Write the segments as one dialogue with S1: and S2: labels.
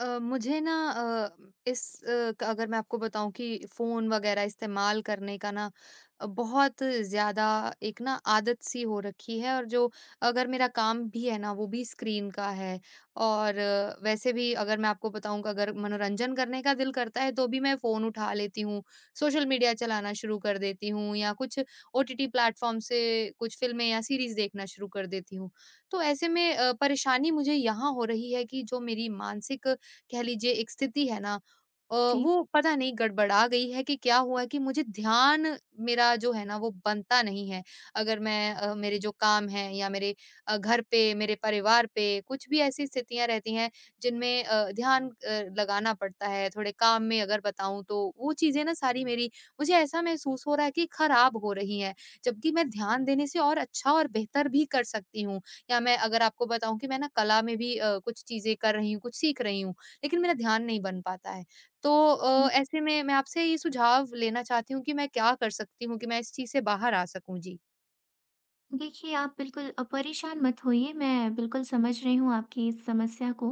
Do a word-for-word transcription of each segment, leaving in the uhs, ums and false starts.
S1: अ, मुझे ना अ, इस अ, क- अगर मैं आपको बताऊं कि फोन वगैरह इस्तेमाल करने का ना अ, बहुत ज्यादा एक ना आदत सी हो रखी है, और जो अगर मेरा काम भी है ना, वो भी स्क्रीन का है। और अ, वैसे भी, अगर मैं आपको बताऊं, कि अगर मनोरंजन करने का दिल करता है तो भी मैं फोन उठा लेती हूँ, सोशल मीडिया चलाना शुरू कर देती हूँ, या कुछ ओटीटी प्लेटफॉर्म से कुछ फिल्में या सीरीज देखना शुरू कर देती हूँ। तो ऐसे में अ, परेशानी मुझे यहाँ हो रही है, कि जो मेरी मानसिक, कह लीजिए एक स्थिति है ना, अ,
S2: जी,
S1: वो पता नहीं गड़बड़ा गई है कि क्या हुआ है, कि मुझे ध्यान मेरा जो है ना, वो बनता नहीं है। अगर मैं अ, मेरे जो काम हैं, या मेरे अ, घर पे, मेरे परिवार पे कुछ भी ऐसी स्थितियाँ रहती हैं जिनमें अ, ध्यान अ, लगाना पड़ता है। थोड़े काम में अगर बताऊँ, तो वो चीज़ें ना सारी मेरी, मुझे ऐसा महसूस हो रहा है कि खराब हो रही हैं। जबकि मैं ध्यान देने से और अच्छा और बेहतर भी कर सकती हूँ। या मैं अगर आपको बताऊँ कि मैं ना कला में भी अ, कुछ चीज़ें कर रही हूँ, कुछ सीख रही हूँ। लेकिन मेरा ध्यान नहीं बन पाता है। तो अ,
S2: जी।
S1: ऐसे में मैं आपसे ये सुझाव लेना चाहती हूँ कि मैं क्या कर सकती हूँ कि मैं इस चीज़ से बाहर आ सकूँ? जी।
S2: देखिए, आप बिल्कुल अ, परेशान मत होइए। मैं बिल्कुल समझ रही हूँ आपकी इस समस्या को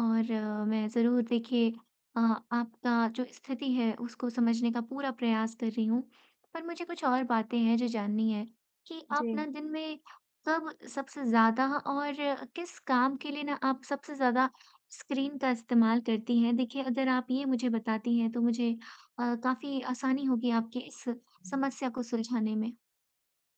S2: और अ, मैं ज़रूर देखिए अ, आपका जो स्थिति है, उसको समझने का पूरा प्रयास कर रही हूँ। पर मुझे कुछ और बातें हैं जो जाननी है कि
S1: जी।
S2: आप ना दिन में कब सबसे ज़्यादा और किस काम के लिए ना आप सबसे ज़्यादा स्क्रीन का इस्तेमाल करती हैं? देखिए, अगर आप ये मुझे बताती हैं, तो मुझे अ, काफ़ी आसानी होगी आपकी इस समस्या को सुलझाने में।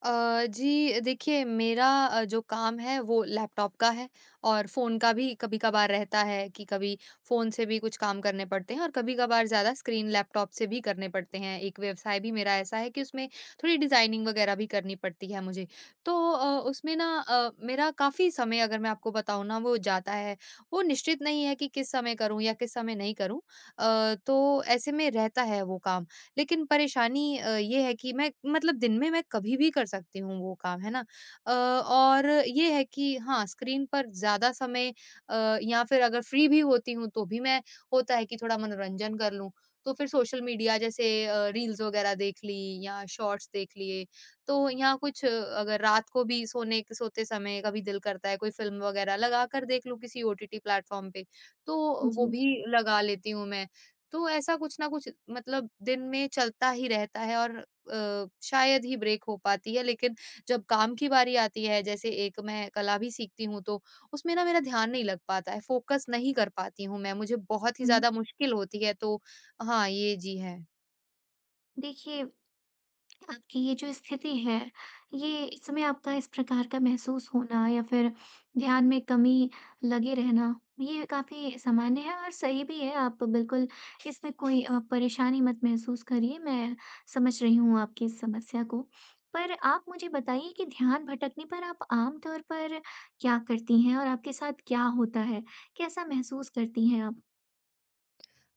S1: अ, जी, देखिए मेरा अ, जो काम है वो लैपटॉप का है, और फ़ोन का भी कभी-कभार रहता है कि कभी फ़ोन से भी कुछ काम करने पड़ते हैं, और कभी-कभार ज़्यादा स्क्रीन लैपटॉप से भी करने पड़ते हैं। एक व्यवसाय भी मेरा ऐसा है कि उसमें थोड़ी डिज़ाइनिंग वगैरह भी करनी पड़ती है मुझे। तो अ, उसमें ना अ, मेरा काफ़ी समय, अगर मैं आपको बताऊँ ना, वो जाता है। वो निश्चित नहीं है कि किस समय करूँ या किस समय नहीं करूँ। अ, तो ऐसे में रहता है वो काम। लेकिन परेशानी अ, ये है कि मैं, मतलब दिन में मैं कभी भी कर सकती हूँ वो काम, है ना? अ, और ये है कि हाँ, स्क्रीन पर ज़्यादा समय, अ, या फिर अगर फ्री भी होती हूँ तो भी मैं, होता है कि थोड़ा मनोरंजन कर लूँ, तो फिर सोशल मीडिया, जैसे अ, रील्स वगैरह देख ली या शॉर्ट्स देख लिए। तो या कुछ, अ, अगर रात को भी सोने के सोते समय कभी दिल करता है कोई फ़िल्म वगैरह लगा कर देख लूँ किसी ओटीटी प्लेटफ़ॉर्म पे, तो वो
S2: जी,
S1: भी लगा लेती हूँ मैं। तो ऐसा कुछ ना कुछ, मतलब दिन में चलता ही रहता है, और अ, शायद ही ब्रेक हो पाती है। लेकिन जब काम की बारी आती है, जैसे एक मैं कला भी सीखती हूँ, तो उसमें ना मेरा ध्यान नहीं लग पाता है, फोकस नहीं कर पाती हूँ मैं, मुझे बहुत ही
S2: हुँ।
S1: ज्यादा मुश्किल होती है। तो हाँ, ये जी है।
S2: देखिए, आपकी ये जो स्थिति है, ये इस समय आपका इस प्रकार का महसूस होना या फिर ध्यान में कमी लगे रहना, ये काफ़ी सामान्य है और सही भी है। आप बिल्कुल इसमें कोई अ, परेशानी मत महसूस करिए, मैं समझ रही हूँ आपकी इस समस्या को। पर आप मुझे बताइए कि ध्यान भटकने पर आप आम तौर पर क्या करती हैं और आपके साथ क्या होता है? कैसा महसूस करती हैं आप?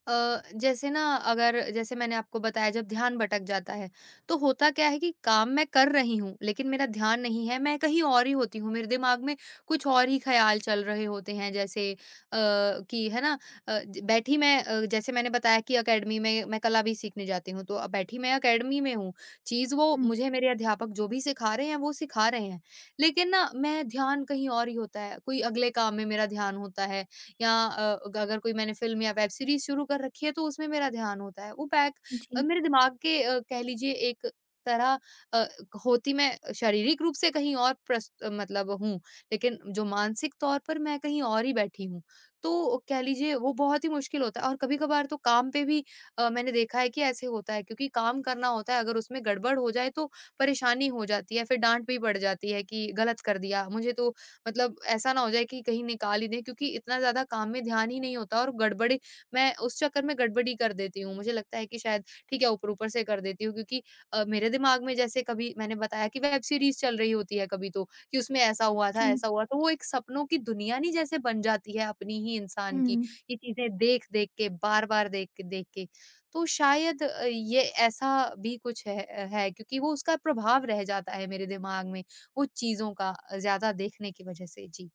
S1: अ, जैसे ना, अगर जैसे मैंने आपको बताया, जब ध्यान भटक जाता है, तो होता क्या है कि काम मैं कर रही हूँ, लेकिन मेरा ध्यान नहीं है, मैं कहीं और ही होती हूँ, मेरे दिमाग में कुछ और ही ख़्याल चल रहे होते हैं, जैसे अ, कि है ना, अ, ज बैठी मैं, अ, जैसे मैंने बताया कि अकेडमी में मैं कला भी सीखने जाती हूँ, तो अब बैठी मैं अकेडमी में हूँ, चीज़ वो
S2: हुँ,
S1: मुझे मेरे अध्यापक जो भी सिखा रहे हैं, वो सिखा रहे हैं, लेकिन ना मैं, ध्यान कहीं और ही होता है, कोई अगले काम में मेरा ध्यान होता है, या अ, ग अगर कोई मैंने फ़िल्म या वेब सीरीज़ शुरू कर रखी है तो उसमें मेरा ध्यान होता है। वो बैक अ,
S2: जी,
S1: मेरे दिमाग के, अ, कह लीजिए एक तरह, अ, होती मैं शारीरिक रूप से कहीं और प्रस अ, मतलब हूँ, लेकिन जो मानसिक तौर पर मैं कहीं और ही बैठी हूँ। तो कह लीजिए वो बहुत ही मुश्किल होता है, और कभी-कभार तो काम पे भी अ, मैंने देखा है कि ऐसे होता है, क्योंकि काम करना होता है, अगर उसमें गड़बड़ हो जाए तो परेशानी हो जाती है, फिर डाँट भी पड़ जाती है कि गलत कर दिया, मुझे तो, मतलब ऐसा ना हो जाए कि कहीं निकाल ही दें, क्योंकि इतना ज़्यादा काम में ध्यान ही नहीं होता, और गड़बड़ी, मैं उस चक्कर में गड़बड़ी कर देती हूँ। मुझे लगता है कि शायद ठीक है, ऊपर-ऊपर से कर देती हूँ, क्योंकि अ, मेरे दिमाग में, जैसे कभी मैंने बताया कि वेब सीरीज़ चल रही होती है, कभी तो कि उसमें ऐसा हुआ था,
S2: जी।
S1: ऐसा हुआ, तो वो एक सपनों की दुनिया, नहीं जैसे बन जाती है अपनी ही इंसान की,
S2: हुँ।
S1: ये चीज़ें देख-देख के, बार-बार देख के देख के। तो शायद अ, ये ऐसा भी कुछ है है, क्योंकि वो उसका प्रभाव रह जाता है मेरे दिमाग में उन चीज़ों का, ज़्यादा देखने की वजह से। जी।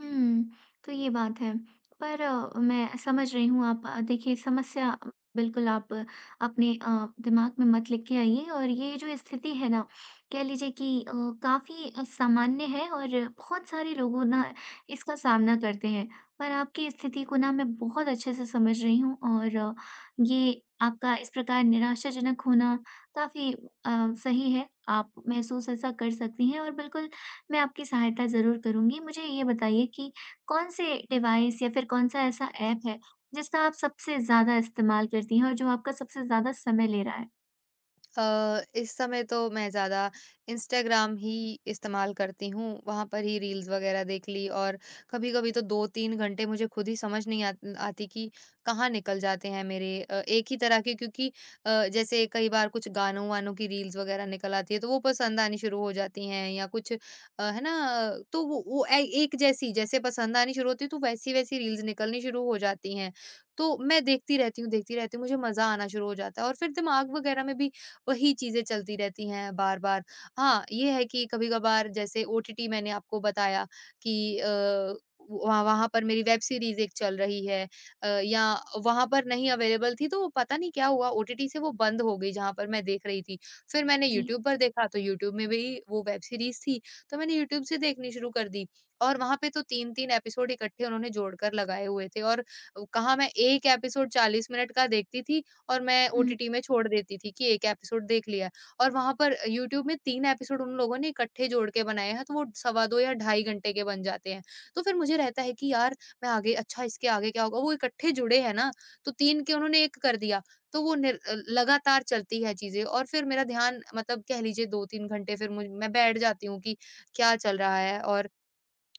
S2: हुँ, तो ये बात है। पर अ, मैं समझ रही हूँ आप, अ, देखिए समस्या अ, बिल्कुल आप अ, अपने अ, दिमाग में मत लेके आइए और ये जो स्थिति है ना, कह लीजिए कि अ, काफ़ी अ, सामान्य है और बहुत सारे लोगों ना इसका सामना करते हैं। पर आपकी स्थिति को ना मैं बहुत अच्छे से समझ रही हूँ और अ, ये आपका इस प्रकार निराशाजनक होना काफ़ी अ, सही है। आप महसूस ऐसा कर सकती हैं और बिल्कुल मैं आपकी सहायता ज़रूर करूँगी। मुझे ये बताइए कि कौन-से डिवाइस या फिर कौन-सा ऐसा ऐप है, जिसका आप सबसे ज़्यादा इस्तेमाल करती हैं और जो आपका सबसे ज़्यादा समय ले रहा है?
S1: अ, इस समय तो मैं ज़्यादा इंस्टाग्राम ही इस्तेमाल करती हूँ, वहाँ पर ही रील्स वगैरह देख ली, और कभी-कभी तो दो तीन घंटे मुझे खुद ही समझ नहीं आत आती, कि कहाँ निकल जाते हैं मेरे, अ, एक ही तरह के, क्योंकि अ, जैसे कई बार कुछ गानों-वानों की रील्स वगैरह निकल आती है, तो वो पसंद आनी शुरू हो जाती हैं, या कुछ, अ, है ना? अ, तो वो वो ए एक जैसी, जैसे पसंद आनी शुरू होती है, तो वैसी-वैसी रील्स निकलनी शुरू हो जाती हैं। तो मैं देखती रहती हूँ, देखती रहती हूँ, मुझे मज़ा आना शुरू हो जाता है, और फिर दिमाग वगैरह में भी वही चीज़ें चलती रहती हैं बार-बार। हाँ, ये है कि कभी-कभार, जैसे ओटीटी मैंने आपको बताया कि अ, वहाँ वहाँ पर मेरी वेब सीरीज़ एक चल रही है, अ, या वहाँ पर नहीं अवेलेबल थी, तो पता नहीं क्या हुआ ओटीटी से वो बंद हो गई, जहाँ पर मैं देख रही थी। फिर मैंने
S2: जी।
S1: यूट्यूब पर देखा, तो यूट्यूब में भी वो वेब सीरीज़ थी, तो मैंने यूट्यूब से देखनी शुरू कर दी। और वहाँ पे तो तीन तीन एपिसोड इकट्ठे उन्होंने जोड़कर लगाए हुए थे, और कहाँ मैं एक एपिसोड चालीस मिनट का देखती थी, और मैं
S2: हुँ,
S1: ओटीटी में छोड़ देती थी कि एक एपिसोड देख लिया। और वहाँ पर यूट्यूब में तीन एपिसोड उन लोगों ने इकट्ठे जोड़ के बनाए हैं, तो वो सवा दो या ढाई घंटे के बन जाते हैं। तो फिर मुझे रहता है कि यार, मैं आगे, अच्छा, इसके आगे क्या होगा? वो इकट्ठे जुड़े हैं ना, तो तीन के उन्होंने एक कर दिया, तो वो निर अ, लगातार चलती है चीज़ें, और फिर मेरा ध्यान, मतलब कह लीजिए दो तीन घंटे फिर मुझ मैं बैठ जाती हूँ कि क्या चल रहा है? और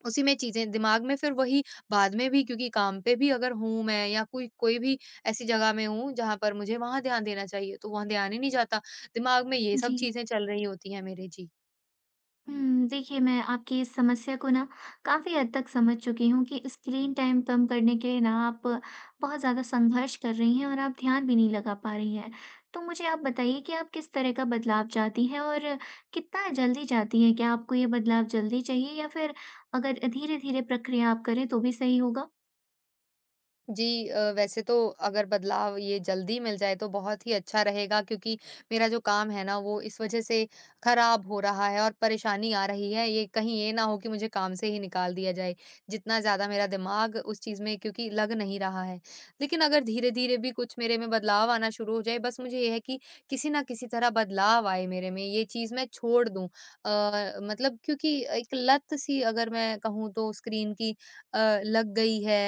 S1: उसी में चीज़ें दिमाग में फिर वही, बाद में भी, क्योंकि काम पे भी अगर हूँ मैं, या कोई कोई भी ऐसी जगह में हूँ जहाँ पर मुझे वहाँ ध्यान देना चाहिए, तो वहाँ ध्यान ही नहीं जाता। दिमाग में ये सब
S2: जी।
S1: चीज़ें चल रही होती हैं मेरे। जी।
S2: हुँ, देखिए मैं आपकी इस समस्या को ना काफ़ी हद तक समझ चुकी हूँ कि स्क्रीन टाइम कम करने के लिए ना आप बहुत ज़्यादा संघर्ष कर रही हैं और आप ध्यान भी नहीं लगा पा रही हैं। तो मुझे आप बताइए कि आप किस तरह का बदलाव चाहती हैं और कितना जल्दी चाहती हैं? क्या आपको ये बदलाव जल्दी चाहिए या फिर अगर धीरे-धीरे प्रक्रिया आप करें तो भी सही होगा?
S1: जी, अ, वैसे तो, अगर बदलाव ये जल्दी मिल जाए तो बहुत ही अच्छा रहेगा, क्योंकि मेरा जो काम है ना, वो इस वजह से खराब हो रहा है, और परेशानी आ रही है, ये कहीं ये ना हो कि मुझे काम से ही निकाल दिया जाए, जितना ज्यादा मेरा दिमाग उस चीज में, क्योंकि लग नहीं रहा है। लेकिन अगर धीरे धीरे भी कुछ मेरे में बदलाव आना शुरू हो जाए, बस मुझे ये है कि किसी ना किसी तरह बदलाव आए मेरे में, ये चीज मैं छोड़ दूं, अ, मतलब क्योंकि एक लत सी, अगर मैं कहूँ, तो स्क्रीन की अ, लग गई है,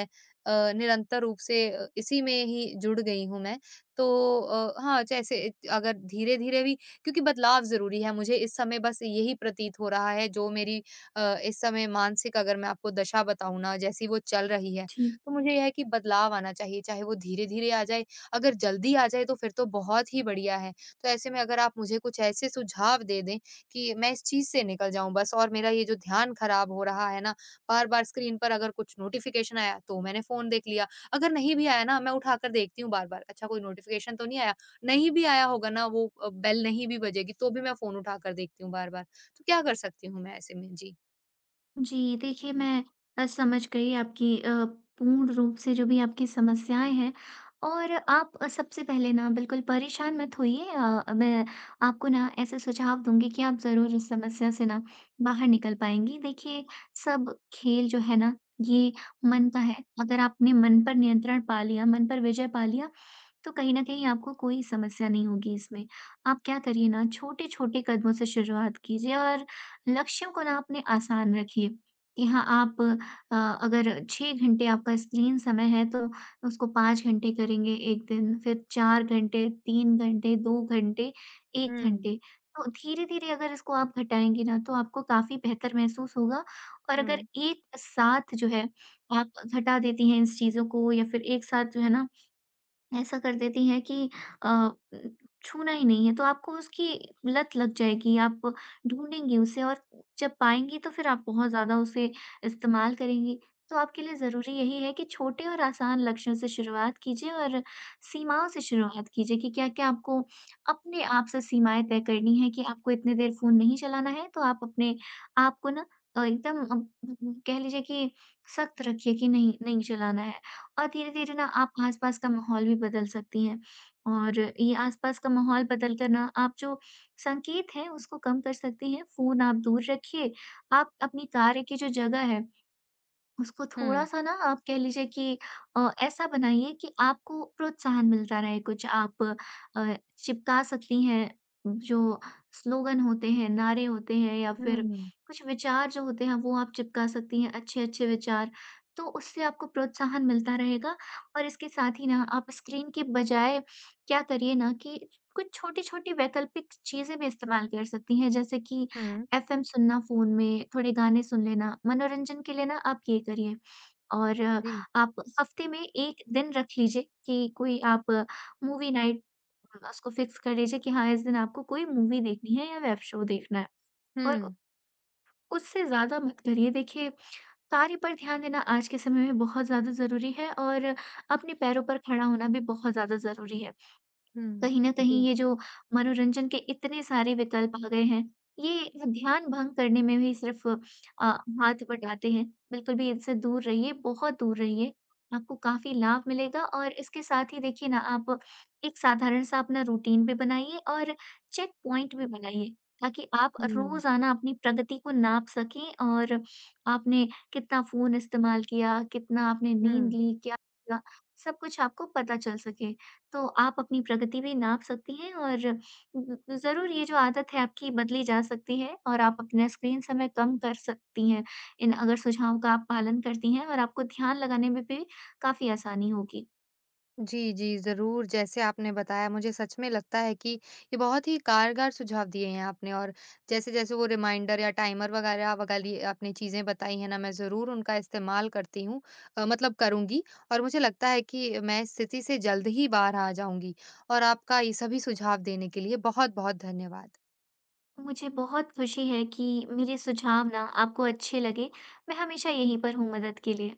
S1: अ, निरंतर रूप से, अ, इसी में ही जुड़ गई हूँ मैं। तो, अ, हाँ, जैसे, अगर धीरे-धीरे भी, क्योंकि बदलाव ज़रूरी है, मुझे इस समय बस यही प्रतीत हो रहा है जो मेरी, अ, इस समय मानसिक, अगर मैं आपको दशा बताऊँ ना, जैसी वो चल रही है,
S2: जी।
S1: तो मुझे यह है कि बदलाव आना चाहिए, चाहे वो धीरे-धीरे आ जाए, अगर जल्दी आ जाए तो फिर तो बहुत ही बढ़िया है। तो ऐसे में अगर आप मुझे कुछ ऐसे सुझाव दे दें कि मैं इस चीज़ से निकल जाऊँ बस, और मेरा ये जो ध्यान खराब हो रहा है ना, बार-बार स्क्रीन पर अगर कुछ नोटिफ़िकेशन आया तो मैंने फ़ोन देख लिया, अगर नहीं भी आया ना, मैं उठाकर देखती हूँ बार-बार, अच्छा कोई नोटिफ़िकेशन तो नहीं आया, नहीं भी आया होगा ना, वो अ, बेल नहीं भी बजेगी तो भी मैं फ़ोन उठाकर देखती हूँ बार-बार। तो क्या कर सकती हूँ मैं ऐसे में? जी।
S2: जी, देखिए मैं अ, समझ गई आपकी अ, पूर्ण रूप से जो भी आपकी समस्याएँ हैं, और आप अ, सबसे पहले ना बिल्कुल परेशान मत होइए। अ, मैं आपको ना ऐसे सुझाव दूँगी कि आप ज़रूर इस समस्या से ना बाहर निकल पाएँगी। देखिए, सब खेल जो है ना, ये मन का है। अगर आपने मन पर नियंत्रण पा लिया, मन पर विजय पा लिया, तो कहीं न कहीं आपको कोई समस्या नहीं होगी इसमें। आप क्या करिए ना, छोटे-छोटे कदमों से शुरुआत कीजिए और लक्ष्यों को ना अपने आसान रखिए, कि हाँ, आप अ, अगर छह घंटे आपका स्क्रीन समय है, तो उसको पाँच घंटे करेंगे एक दिन, फिर चार घंटे, तीन घंटे, दो घंटे, एक
S1: हुँ,
S2: घंटे। तो धीरे-धीरे अगर इसको आप घटाएँगे ना, तो आपको काफ़ी बेहतर महसूस होगा, और अगर
S1: हुँ।
S2: एक साथ जो है आप घटा देती हैं इस चीज़ों को, या फिर एक साथ जो है ना ऐसा कर देती हैं कि अ, उम, छूना ही नहीं है, तो आपको उसकी लत लग जाएगी, आप ढूँढेंगी उसे, और जब पाएँगी तो फिर आप बहुत ज़्यादा उसे इस्तेमाल करेंगी। तो आपके लिए ज़रूरी यही है कि छोटे और आसान लक्ष्यों से शुरुआत कीजिए, और सीमाओं से शुरुआत कीजिए कि क्या-क्या आपको अपने आप से सीमाएँ तय करनी है, कि आपको इतनी देर फ़ोन नहीं चलाना है, तो आप अपने आप को ना अ, एकदम, अ, कह लीजिए कि, सख्त रखिए कि नहीं, नहीं चलाना है। और धीरे-धीरे ना आप आस-पास का माहौल भी बदल सकती हैं। और ये आस-पास का माहौल बदल कर ना आप जो संकेत है उसको कम कर सकती हैं। फ़ोन आप दूर रखिए, आप अपनी कार्य की जो जगह है उसको
S1: हुँ।
S2: थोड़ा-सा ना आप कह लीजिए कि अ, ऐसा बनाइए कि आपको प्रोत्साहन मिलता रहे। कुछ आप अ, चिपका सकती हैं, जो स्लोगन होते हैं, नारे होते हैं, या फिर
S1: हुँ,
S2: कुछ विचार जो होते हैं वो आप चिपका सकती हैं, अच्छे-अच्छे विचार। तो उससे आपको प्रोत्साहन मिलता रहेगा। और इसके साथ ही ना आप स्क्रीन के बजाय क्या करिए ना, कि कुछ छोटी-छोटी वैकल्पिक चीज़ें भी इस्तेमाल कर सकती हैं, जैसे कि
S1: हुँ।
S2: एफ़एम सुनना फ़ोन में, थोड़े गाने सुन लेना, मनोरंजन के लिए ना आप ये करिए। और
S1: जी।
S2: आप हफ़्ते में एक दिन रख लीजिए, कि कोई आप मूवी नाइट, अ, उसको फ़िक्स कर लीजिए कि हाँ, इस दिन आपको कोई मूवी देखनी है या वेब शो देखना है, और उ
S1: हुँ,
S2: उससे ज़्यादा मत करिए। देखिए, कार्य पर ध्यान देना आज के समय में बहुत ज़्यादा ज़रूरी है, और अपने पैरों पर खड़ा होना भी बहुत ज़्यादा ज़रूरी है।
S1: हुँ।
S2: कहीं न
S1: जी,
S2: कहीं ये जो मनोरंजन के इतने सारे विकल्प आ गए हैं, ये ध्यान भंग करने में भी सिर्फ़ अ, हाथ बटाते हैं। बिल्कुल भी इनसे दूर रहिए, बहुत दूर रहिए। आपको काफ़ी लाभ मिलेगा, और इसके साथ ही देखिए ना आप एक साधारण-सा अपना रूटीन भी बनाइए, और चेक पॉइंट भी बनाइए, ताकि आप
S1: हुँ,
S2: रोज़ाना अपनी प्रगति को नाप सकें, और आपने कितना फ़ोन इस्तेमाल किया, कितना आपने नींद
S1: हुँ।
S2: ली, क्या किया, सब कुछ आपको पता चल सके। तो आप अपनी प्रगति भी नाप सकती हैं, और ज ज़रूर ये जो आदत है आपकी बदली जा सकती है, और आप अपना स्क्रीन समय कम कर सकती हैं, इन अगर सुझावों का आप पालन करती हैं, और आपको ध्यान लगाने में भी काफ़ी आसानी होगी।
S1: जी, जी, ज़रूर। जैसे आपने बताया, मुझे सच में लगता है कि ये बहुत ही कारगर सुझाव दिए हैं आपने, और जैसे-जैसे वो रिमाइंडर या टाइमर वगैरह वाली आपने चीज़ें बताई हैं ना, मैं ज़रूर उनका इस्तेमाल करती हूँ, अ, मतलब करूँगी, और मुझे लगता है कि मैं इस स्थिति से जल्द ही बाहर आ जाऊँगी। और आपका ये सभी सुझाव देने के लिए बहुत-बहुत धन्यवाद।
S2: मुझे बहुत खुशी है कि मेरे सुझाव ना आपको अच्छे लगे। मैं हमेशा यहीं पर हूँ मदद के लिए।